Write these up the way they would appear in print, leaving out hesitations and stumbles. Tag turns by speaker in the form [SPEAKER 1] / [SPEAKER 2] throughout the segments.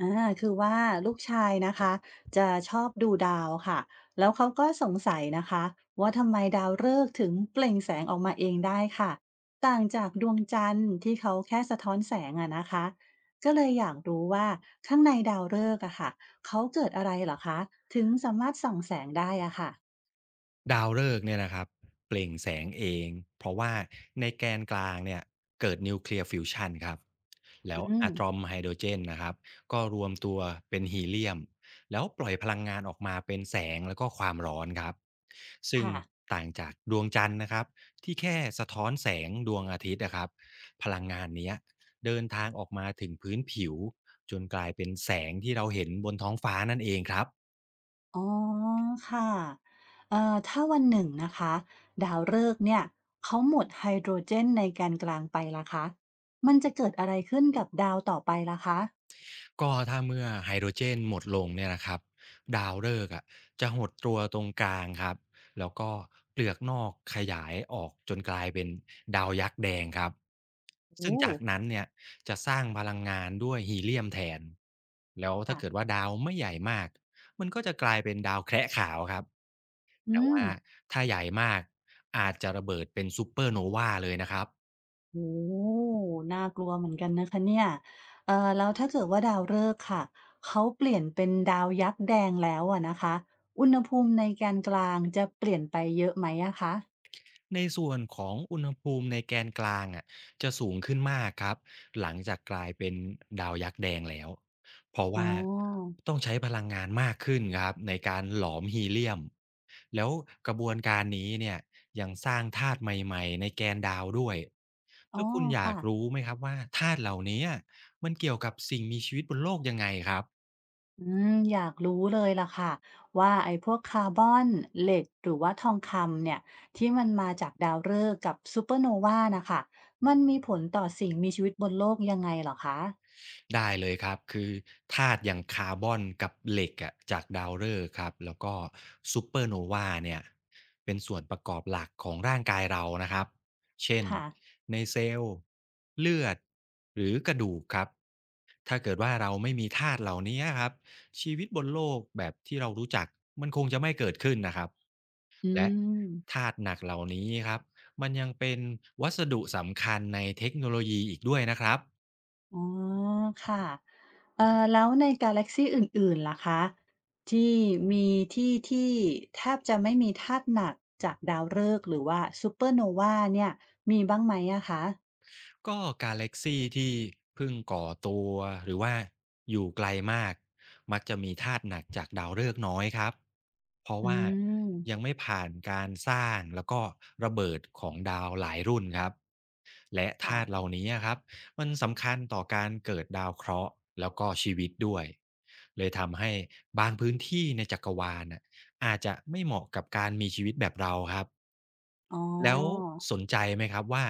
[SPEAKER 1] อาคือว่าลูกชายนะคะจะชอบดูดาวค่ะแล้วเขาก็สงสัยนะคะว่าทำไมดาวฤกษ์ถึงเปล่งแสงออกมาเองได้ค่ะต่างจากดวงจันทร์ที่เขาแค่สะท้อนแสงอะนะคะก็เลยอยากรู้ว่าข้างในดาวฤกษ์อะค่ะเขาเกิดอะไรเหรอคะถึงสามารถส่องแสงได้อะค่ะ
[SPEAKER 2] ดาวฤกษ์เนี่ยนะครับเปล่งแสงเองเพราะว่าในแกนกลางเนี่ยเกิดนิวเคลียร์ฟิวชันครับแล้
[SPEAKER 1] อื
[SPEAKER 2] ว
[SPEAKER 1] ม
[SPEAKER 2] อะตอมไฮโดรเจนนะครับก็รวมตัวเป็นฮีเลียมแล้วปล่อยพลังงานออกมาเป็นแสงแล้วก็ความร้อนครับซึ่ง
[SPEAKER 1] ค่ะ
[SPEAKER 2] ต่างจากดวงจันทร์นะครับที่แค่สะท้อนแสงดวงอาทิตย์นะครับพลังงานเนี้ยเดินทางออกมาถึงพื้นผิวจนกลายเป็นแสงที่เราเห็นบนท้องฟ้านั่นเองครับ
[SPEAKER 1] อ๋อค่ะถ้าวันหนึ่งนะคะดาวฤกษ์เนี่ยเขาหมดไฮโดรเจนในแกนกลางไปล่ะคะมันจะเกิดอะไรขึ้นกับดาวต่อไปล่ะคะ
[SPEAKER 2] ก็ถ้าเมื่อไฮโดรเจนหมดลงเนี่ยนะครับดาวฤกษ์อะจะหดตัวตรงกลางครับแล้วก็เปลือกนอกขยายออกจนกลายเป็นดาวยักษ์แดงครับ
[SPEAKER 1] โอ้
[SPEAKER 2] ซึ่งจากนั้นเนี่ยจะสร้างพลังงานด้วยฮีเลียมแทนแล้ว
[SPEAKER 1] ค่ะ
[SPEAKER 2] ถ้าเกิดว่าดาวไม่ใหญ่มากมันก็จะกลายเป็นดาวแคระขาวครับ
[SPEAKER 1] อื
[SPEAKER 2] แต่
[SPEAKER 1] ม
[SPEAKER 2] ว่าถ้าใหญ่มากอาจจะระเบิดเป็นซูเปอร์โนวาเลยนะครับ
[SPEAKER 1] โอ้น่ากลัวเหมือนกันนะคะเนี่ยแล้วถ้าเกิดว่าดาวฤกษ์ค่ะเขาเปลี่ยนเป็นดาวยักษ์แดงแล้วอะนะคะอุณหภูมิในแกนกลางจะเปลี่ยนไปเยอะไหมอะคะ
[SPEAKER 2] ในส่วนของอุณหภูมิในแกนกลางอะจะสูงขึ้นมากครับหลังจากกลายเป็นดาวยักษ์แดงแล้วเพราะ
[SPEAKER 1] อ๋
[SPEAKER 2] ว่า
[SPEAKER 1] อ
[SPEAKER 2] ต้องใช้พลังงานมากขึ้นครับในการหลอมฮีเลียมแล้วกระบวนการนี้เนี่ยยังสร้างธาตุใหม่ๆในแกนดาวด้วย
[SPEAKER 1] อ๋อ
[SPEAKER 2] แล้วคุณอยา
[SPEAKER 1] ค่ะ
[SPEAKER 2] กรู้ไหมครับว่าธาตุเหล่านี้มันเกี่ยวกับสิ่งมีชีวิตบนโลกยังไงครับ
[SPEAKER 1] อืมอยากรู้เลยล่ะค่ะว่าไอ้พวกคาร์บอนเหล็กหรือว่าทองคำเนี่ยที่มันมาจากดาวฤกษ์กับซูเปอร์โนวานะคะมันมีผลต่อสิ่งมีชีวิตบนโลกยังไงเหรอคะ
[SPEAKER 2] ได้เลยครับคือธาตุอย่างคาร์บอนกับเหล็กอะจากดาวฤกษ์ครับแล้วก็ซูเปอร์โนวาเนี่ยเป็นส่วนประกอบหลักของร่างกายเรานะครับเช่น
[SPEAKER 1] ค่ะ
[SPEAKER 2] ในเซลล์เลือดหรือกระดูกครับถ้าเกิดว่าเราไม่มีธาตุเหล่านี้ครับชีวิตบนโลกแบบที่เรารู้จักมันคงจะไม่เกิดขึ้นนะครับ
[SPEAKER 1] อื
[SPEAKER 2] และ
[SPEAKER 1] ม
[SPEAKER 2] ธาตุหนักเหล่านี้ครับมันยังเป็นวัสดุสำคัญในเทคโนโลยีอีกด้วยนะครับ
[SPEAKER 1] อ๋อค่ะแล้วในกาแล็กซีอื่นๆล่ะคะที่มีที่แทบจะไม่มีธาตุหนักจากดาวฤกษ์หรือว่าซูเปอร์โนวาเนี่ยมีบ้างไหมอะคะ
[SPEAKER 2] ก็กาแล็กซีที่เพิ่งก่อตัวหรือว่าอยู่ไกลมากมักจะมีธาตุหนักจากดาวฤกษ์น้อยครับเพราะ
[SPEAKER 1] อื
[SPEAKER 2] ว่า
[SPEAKER 1] ม
[SPEAKER 2] ยังไม่ผ่านการสร้างแล้วก็ระเบิดของดาวหลายรุ่นครับและธาตุเห
[SPEAKER 1] ค่ะ
[SPEAKER 2] ล่านี้ครับมันสำคัญต่อการเกิดดาวเคราะห์แล้วก็ชีวิตด้วยเลยทำให้บางพื้นที่ในจักรวาลน่ะอาจจะไม่เหมาะกับการมีชีวิตแบบเราครับ
[SPEAKER 1] อ๋อ
[SPEAKER 2] แล้วสนใจไหมครับว่า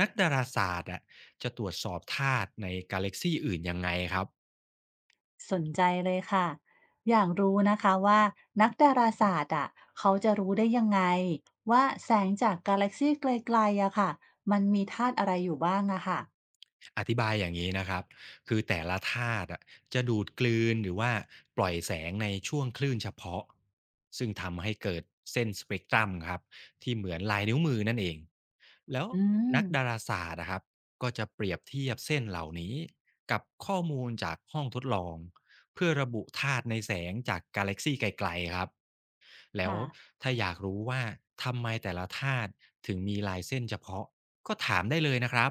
[SPEAKER 2] นักดาราศาสตร์อะจะตรวจสอบธาตุในกาแล็กซีอื่นยังไงครับ
[SPEAKER 1] สนใจเลยค่ะ อยากรู้นะคะว่านักดาราศาสตร์อ่ะเขาจะรู้ได้ยังไงว่าแสงจากกาแล็กซีไกลๆอะค่ะมันมีธาตุอะไรอยู่บ้างอะค่ะ
[SPEAKER 2] อธิบายอย่างนี้นะครับคือแต่ละธาตุอะจะดูดกลืนหรือว่าปล่อยแสงในช่วงคลื่นเฉพาะซึ่งทำให้เกิดเส้นสเปกตรัมครับที่เหมือนลายนิ้วมือนั่นเองแล้ว
[SPEAKER 1] อืม
[SPEAKER 2] นักดาราศาสตร์นะครับก็จะเปรียบเทียบเส้นเหล่านี้กับข้อมูลจากห้องทดลองเพื่อระบุธาตุในแสงจากกาแล็กซีไกลๆครับ แล้ว
[SPEAKER 1] ค่ะ
[SPEAKER 2] ถ้าอยากรู้ว่าทำไมแต่ละธาตุถึงมีลายเส้นเฉพาะก็ถามได้เลยนะครับ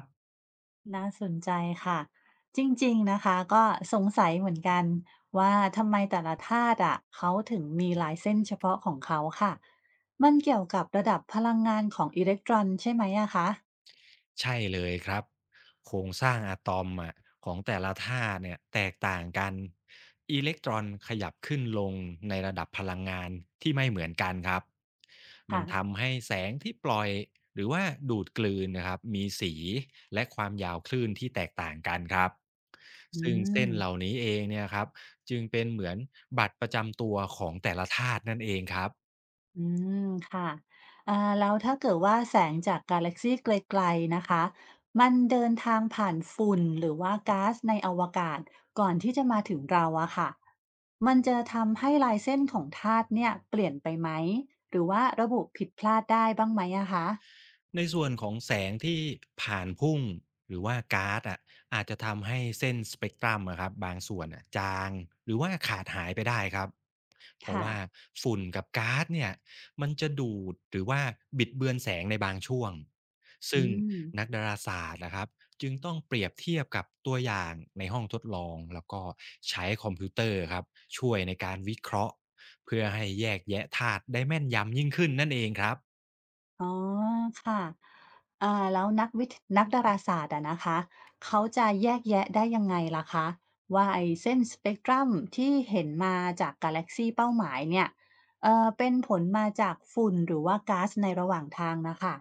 [SPEAKER 1] น่าสนใจค่ะ จริงๆนะคะก็สงสัยเหมือนกันว่าทำไมแต่ละธาตุอ่ะเขาถึงมีลายเส้นเฉพาะของเขาค่ะ มันเกี่ยวกับระดับพลังงานของอิเล็กตรอนใช่ไหมอะคะ
[SPEAKER 2] ใช่เลยครับโครงสร้างอะตอมอะของแต่ละธาตุเนี่ยแตกต่างกันอิเล็กตรอนขยับขึ้นลงในระดับพลังงานที่ไม่เหมือนกันครับมั
[SPEAKER 1] ค่ะ
[SPEAKER 2] นทำให้แสงที่ปล่อยหรือว่าดูดกลืนนะครับมีสีและความยาวคลื่นที่แตกต่างกันครับ
[SPEAKER 1] อื
[SPEAKER 2] ซึ่งเส้
[SPEAKER 1] ม
[SPEAKER 2] นเหล่านี้เองเนี่ยครับจึงเป็นเหมือนบัตรประจำตัวของแต่ละธาตุนั่นเองครับ
[SPEAKER 1] อืมค่ะอ่าแล้วถ้าเกิดว่าแสงจากกาแล็กซี่ไกลๆนะคะ มันเดินทางผ่านฝุ่นหรือว่าก๊าซในอวกาศก่อนที่จะมาถึงเราอะค่ะ มันจะทำให้ลายเส้นของธาตุเนี่ยเปลี่ยนไปไหมหรือว่าระบุผิดพลาดได้บ้างไหมอะคะ
[SPEAKER 2] ในส่วนของแสงที่ผ่านพุ่งหรือว่าก๊าซอะอาจจะทำให้เส้นสเปกตรัมอะครับบางส่วนอะจางหรือว่าขาดหายไปได้ครับเพราะ
[SPEAKER 1] ค่ะ
[SPEAKER 2] ว่าฝุ่นกับก๊าซเนี่ยมันจะดูดหรือว่าบิดเบือนแสงในบางช่วง
[SPEAKER 1] อื
[SPEAKER 2] ซึ่ง
[SPEAKER 1] ม
[SPEAKER 2] นักดาราศาสตร์นะครับจึงต้องเปรียบเทียบกับตัวอย่างในห้องทดลองแล้วก็ใช้คอมพิวเตอร์ครับช่วยในการวิเคราะห์เพื่อให้แยกแยะธาตุได้แม่นยำยิ่งขึ้นนั่นเองครับ
[SPEAKER 1] อ๋อค่ะอ่าแล้วนักวิทย์นักดาราศาสตร์อะนะคะ เขาจะแยกแยะได้ยังไงล่ะคะ ว่าไอ้เส้นสเปกตรัมที่เห็นมาจากกาแล็กซีเป้าหมายเนี่ยเป็นผลมาจากฝุ่นหรือว่าก๊าซในระหว่างทางนะคะ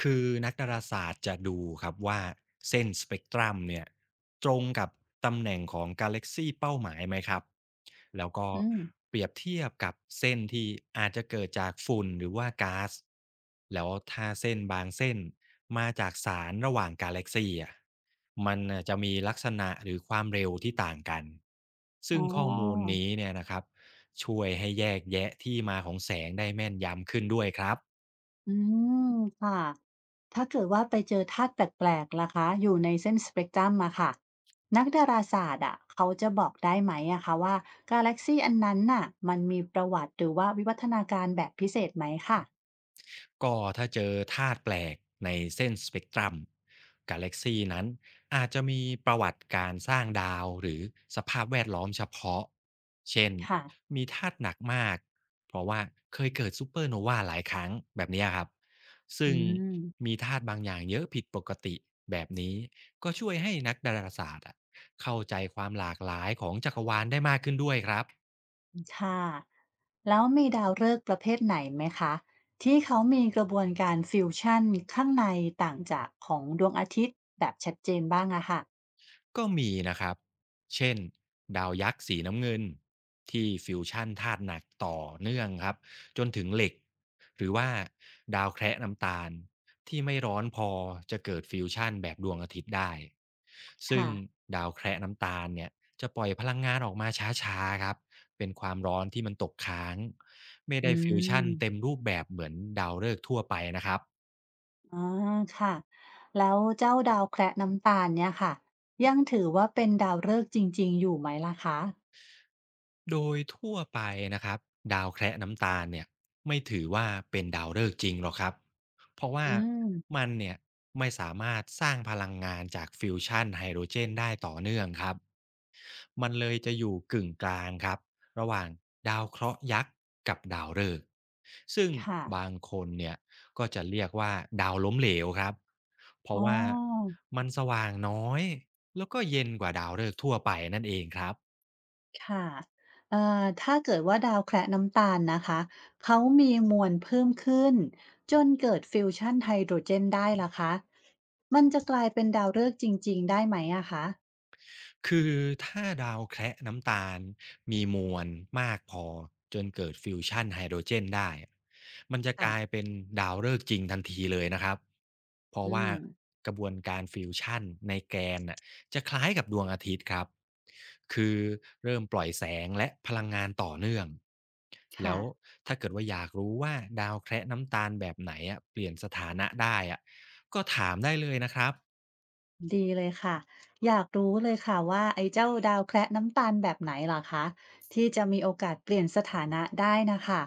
[SPEAKER 2] คือนักดาราศาสตร์จะดูครับว่าเส้นสเปกตรัมเนี่ยตรงกับตำแหน่งของกาแล็กซีเป้าหมายไหมครับแล้วก็
[SPEAKER 1] อืม
[SPEAKER 2] เปรียบเทียบกับเส้นที่อาจจะเกิดจากฝุ่นหรือว่าก๊าซแล้วถ้าเส้นบางเส้นมาจากสารระหว่างกาแล็กซีอ่ะมันน่ะจะมีลักษณะหรือความเร็วที่ต่างกัน
[SPEAKER 1] อ๋
[SPEAKER 2] ซึ่
[SPEAKER 1] อ
[SPEAKER 2] งข้อมูลนี้เนี่ยนะครับช่วยให้แยกแยะที่มาของแสงได้แม่นยำขึ้นด้วยครับ
[SPEAKER 1] อืมค่ะ ถ้าเกิดว่าไปเจอธาตุแปลกๆล่ะคะ อยู่ในเส้นสเปกตรัมอะค่ะ นักดาราศาสตร์อะเขาจะบอกได้ไหมอะคะว่ากาแล็กซีอันนั้นน่ะมันมีประวัติหรือว่าวิวัฒนาการแบบพิเศษไหมค่ะ
[SPEAKER 2] ก็ถ้าเจอธาตุแปลกในเส้นสเปกตรัมกาแล็กซีนั้นอาจจะมีประวัติการสร้างดาวหรือสภาพแวดล้อมเฉพาะเช่น
[SPEAKER 1] ค่ะ
[SPEAKER 2] มีธาตุหนักมากเพราะว่าเคยเกิดซูเปอร์โนวาหลายครั้งแบบเนี้ยครับ
[SPEAKER 1] อื
[SPEAKER 2] ซึ่ง
[SPEAKER 1] ม
[SPEAKER 2] มีธาตุบางอย่างเยอะผิดปกติแบบนี้ก็ช่วยให้นักดาราศาสตร์อะเข้าใจความหลากหลายของจักรวาลได้มากขึ้นด้วยครับ
[SPEAKER 1] ค่ะ แล้วมีดาวฤกษ์ประเภทไหนไหมคะ ที่เขามีกระบวนการฟิวชั่นข้างในต่างจากของดวงอาทิตย์แบบชัดเจนบ้างอะค่ะ
[SPEAKER 2] ก็มีนะครับ เช่นดาวยักษ์สีน้ำเงินที่ฟิวชั่นธาตุหนักต่อเนื่องครับจนถึงเหล็กหรือว่าดาวแคระน้ำตาลที่ไม่ร้อนพอจะเกิดฟิวชั่นแบบดวงอาทิตย์ได้ซึ่ง
[SPEAKER 1] ค่ะ
[SPEAKER 2] ดาวแคระน้ำตาลเนี่ยจะปล่อยพลังงานออกมาช้าๆครับเป็นความร้อนที่มันตกค้างไม่
[SPEAKER 1] อื
[SPEAKER 2] ได้ฟิวชั่นเต็ม
[SPEAKER 1] ม
[SPEAKER 2] รูปแบบเหมือนดาวฤกษ์ทั่วไปนะครับ
[SPEAKER 1] อ๋อค่ะแล้วเจ้าดาวแคระน้ำตาลเนี่ยค่ะยังถือว่าเป็นดาวฤกษ์จริงๆอยู่ไหมล่ะคะ
[SPEAKER 2] โดยทั่วไปนะครับดาวแคระน้ำตาลเนี่ยไม่ถือว่าเป็นดาวฤกษ์จริงหรอกครับเพราะว่า
[SPEAKER 1] อืม
[SPEAKER 2] มันเนี่ยไม่สามารถสร้างพลังงานจากฟิวชันไฮโดรเจนได้ต่อเนื่องครับมันเลยจะอยู่กึ่งกลางครับระหว่างดาวเคราะห์ยักษ์กับดาวฤกษ์ซึ่ง
[SPEAKER 1] ค่ะ
[SPEAKER 2] บางคนเนี่ยก็จะเรียกว่าดาวล้มเหลวครับเพ
[SPEAKER 1] อ๋
[SPEAKER 2] ราะว่า
[SPEAKER 1] อ
[SPEAKER 2] มันสว่างน้อยแล้วก็เย็นกว่าดาวฤกษ์ทั่วไปนั่นเองครับ
[SPEAKER 1] ค่ะถ้าเกิดว่าดาวแคระน้ำตาลนะคะเขามีมวลเพิ่มขึ้นจนเกิดฟิวชันไฮโดรเจนได้ล่ะคะมันจะกลายเป็นดาวฤกษ์จริงๆได้ไหมอะคะ
[SPEAKER 2] คือถ้าดาวแคระน้ำตาลมีมวลมากพอจนเกิดฟิวชั่นไฮโดรเจนได้อะมันจะก
[SPEAKER 1] ค่ะ
[SPEAKER 2] ลายเป็นดาวฤกษ์จริงทันทีเลยนะครับ เพ
[SPEAKER 1] อื
[SPEAKER 2] ราะว่า
[SPEAKER 1] ม
[SPEAKER 2] กระบวนการฟิวชั่นในแกนน่ะจะคล้ายกับดวงอาทิตย์ครับ คือเริ่มปล่อยแสงและพลังงานต่อเนื่อง แล้
[SPEAKER 1] ค่ะ
[SPEAKER 2] วถ้าเกิดว่าอยากรู้ว่าดาวแคระน้ำตาลแบบไหนอะเปลี่ยนสถานะได้อะก็ถามได้เลยนะครับ
[SPEAKER 1] ดีเลยค่ะอยากรู้เลยค่ะว่าไอ้เจ้าดาวแคระน้ำตาลแบบไหนล่ะคะที่จะมีโอกาสเปลี่ยนสถานะได้นะคะ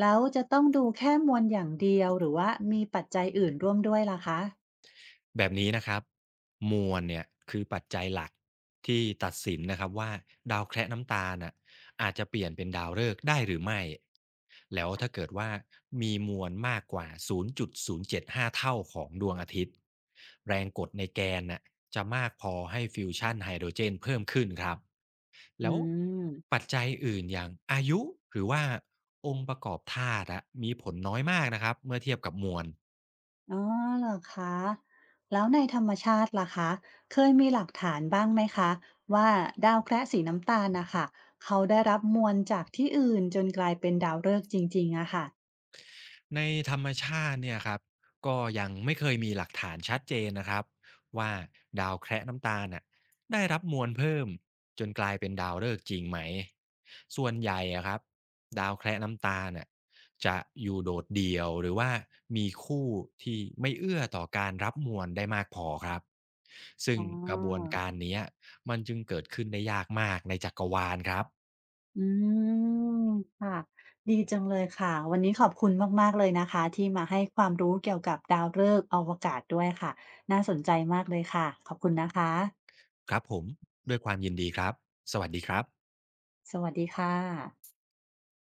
[SPEAKER 1] แล้วจะต้องดูแค่มวลอย่างเดียวหรือว่ามีปัจจัยอื่นร่วมด้วยล่ะคะ
[SPEAKER 2] แบบนี้นะครับมวลเนี่ยคือปัจจัยหลักที่ตัดสินนะครับว่าดาวแคระน้ำตาลน่ะอาจจะเปลี่ยนเป็นดาวฤกษ์ได้หรือไม่แล้วถ้าเกิดว่ามีมวลมากกว่า 0.075เจ็ดห้าเท่าของดวงอาทิตย์แรงกดในแกนน่ะจะมากพอให้ฟิวชั่นไฮโดรเจนเพิ่มขึ้นครับแล้
[SPEAKER 1] อื
[SPEAKER 2] ว
[SPEAKER 1] ม
[SPEAKER 2] ปัจจัยอื่นอย่างอายุหรือว่าองค์ประกอบธาตุอะมีผลน้อยมากนะครับเมื่อเทียบกับมวล
[SPEAKER 1] อ๋อเหรอคะแล้วในธรรมชาติล่ะคะเคยมีหลักฐานบ้างไหมคะว่าดาวแคระสีน้ำตาลนะคะเขาได้รับมวลจากที่อื่นจนกลายเป็นดาวฤกษ์จริงๆอะค่ะ
[SPEAKER 2] ในธรรมชาติเนี่ยครับก็ยังไม่เคยมีหลักฐานชัดเจนนะครับว่าดาวแคระน้ำตาลน่ะได้รับมวลเพิ่มจนกลายเป็นดาวฤกษ์จริงไหมส่วนใหญ่อะครับดาวแคระน้ำตาลน่ะจะอยู่โดดเดี่ยวหรือว่ามีคู่ที่ไม่เอื้อต่อการรับมวลได้มากพอครับซึ่ง
[SPEAKER 1] อ๋อ
[SPEAKER 2] กระบวนการเนี้ยมันจึงเกิดขึ้นได้ยากมากในจักรวาลครับ
[SPEAKER 1] อืมค่ะดีจังเลยค่ะวันนี้ขอบคุณมากๆเลยนะคะที่มาให้ความรู้เกี่ยวกับดาวฤกษ์อวกาศด้วยค่ะน่าสนใจมากเลยค่ะขอบคุณนะคะ
[SPEAKER 2] ครับผมด้วยความยินดีครับสวัสดีครับ
[SPEAKER 1] สวัสดีค่ะ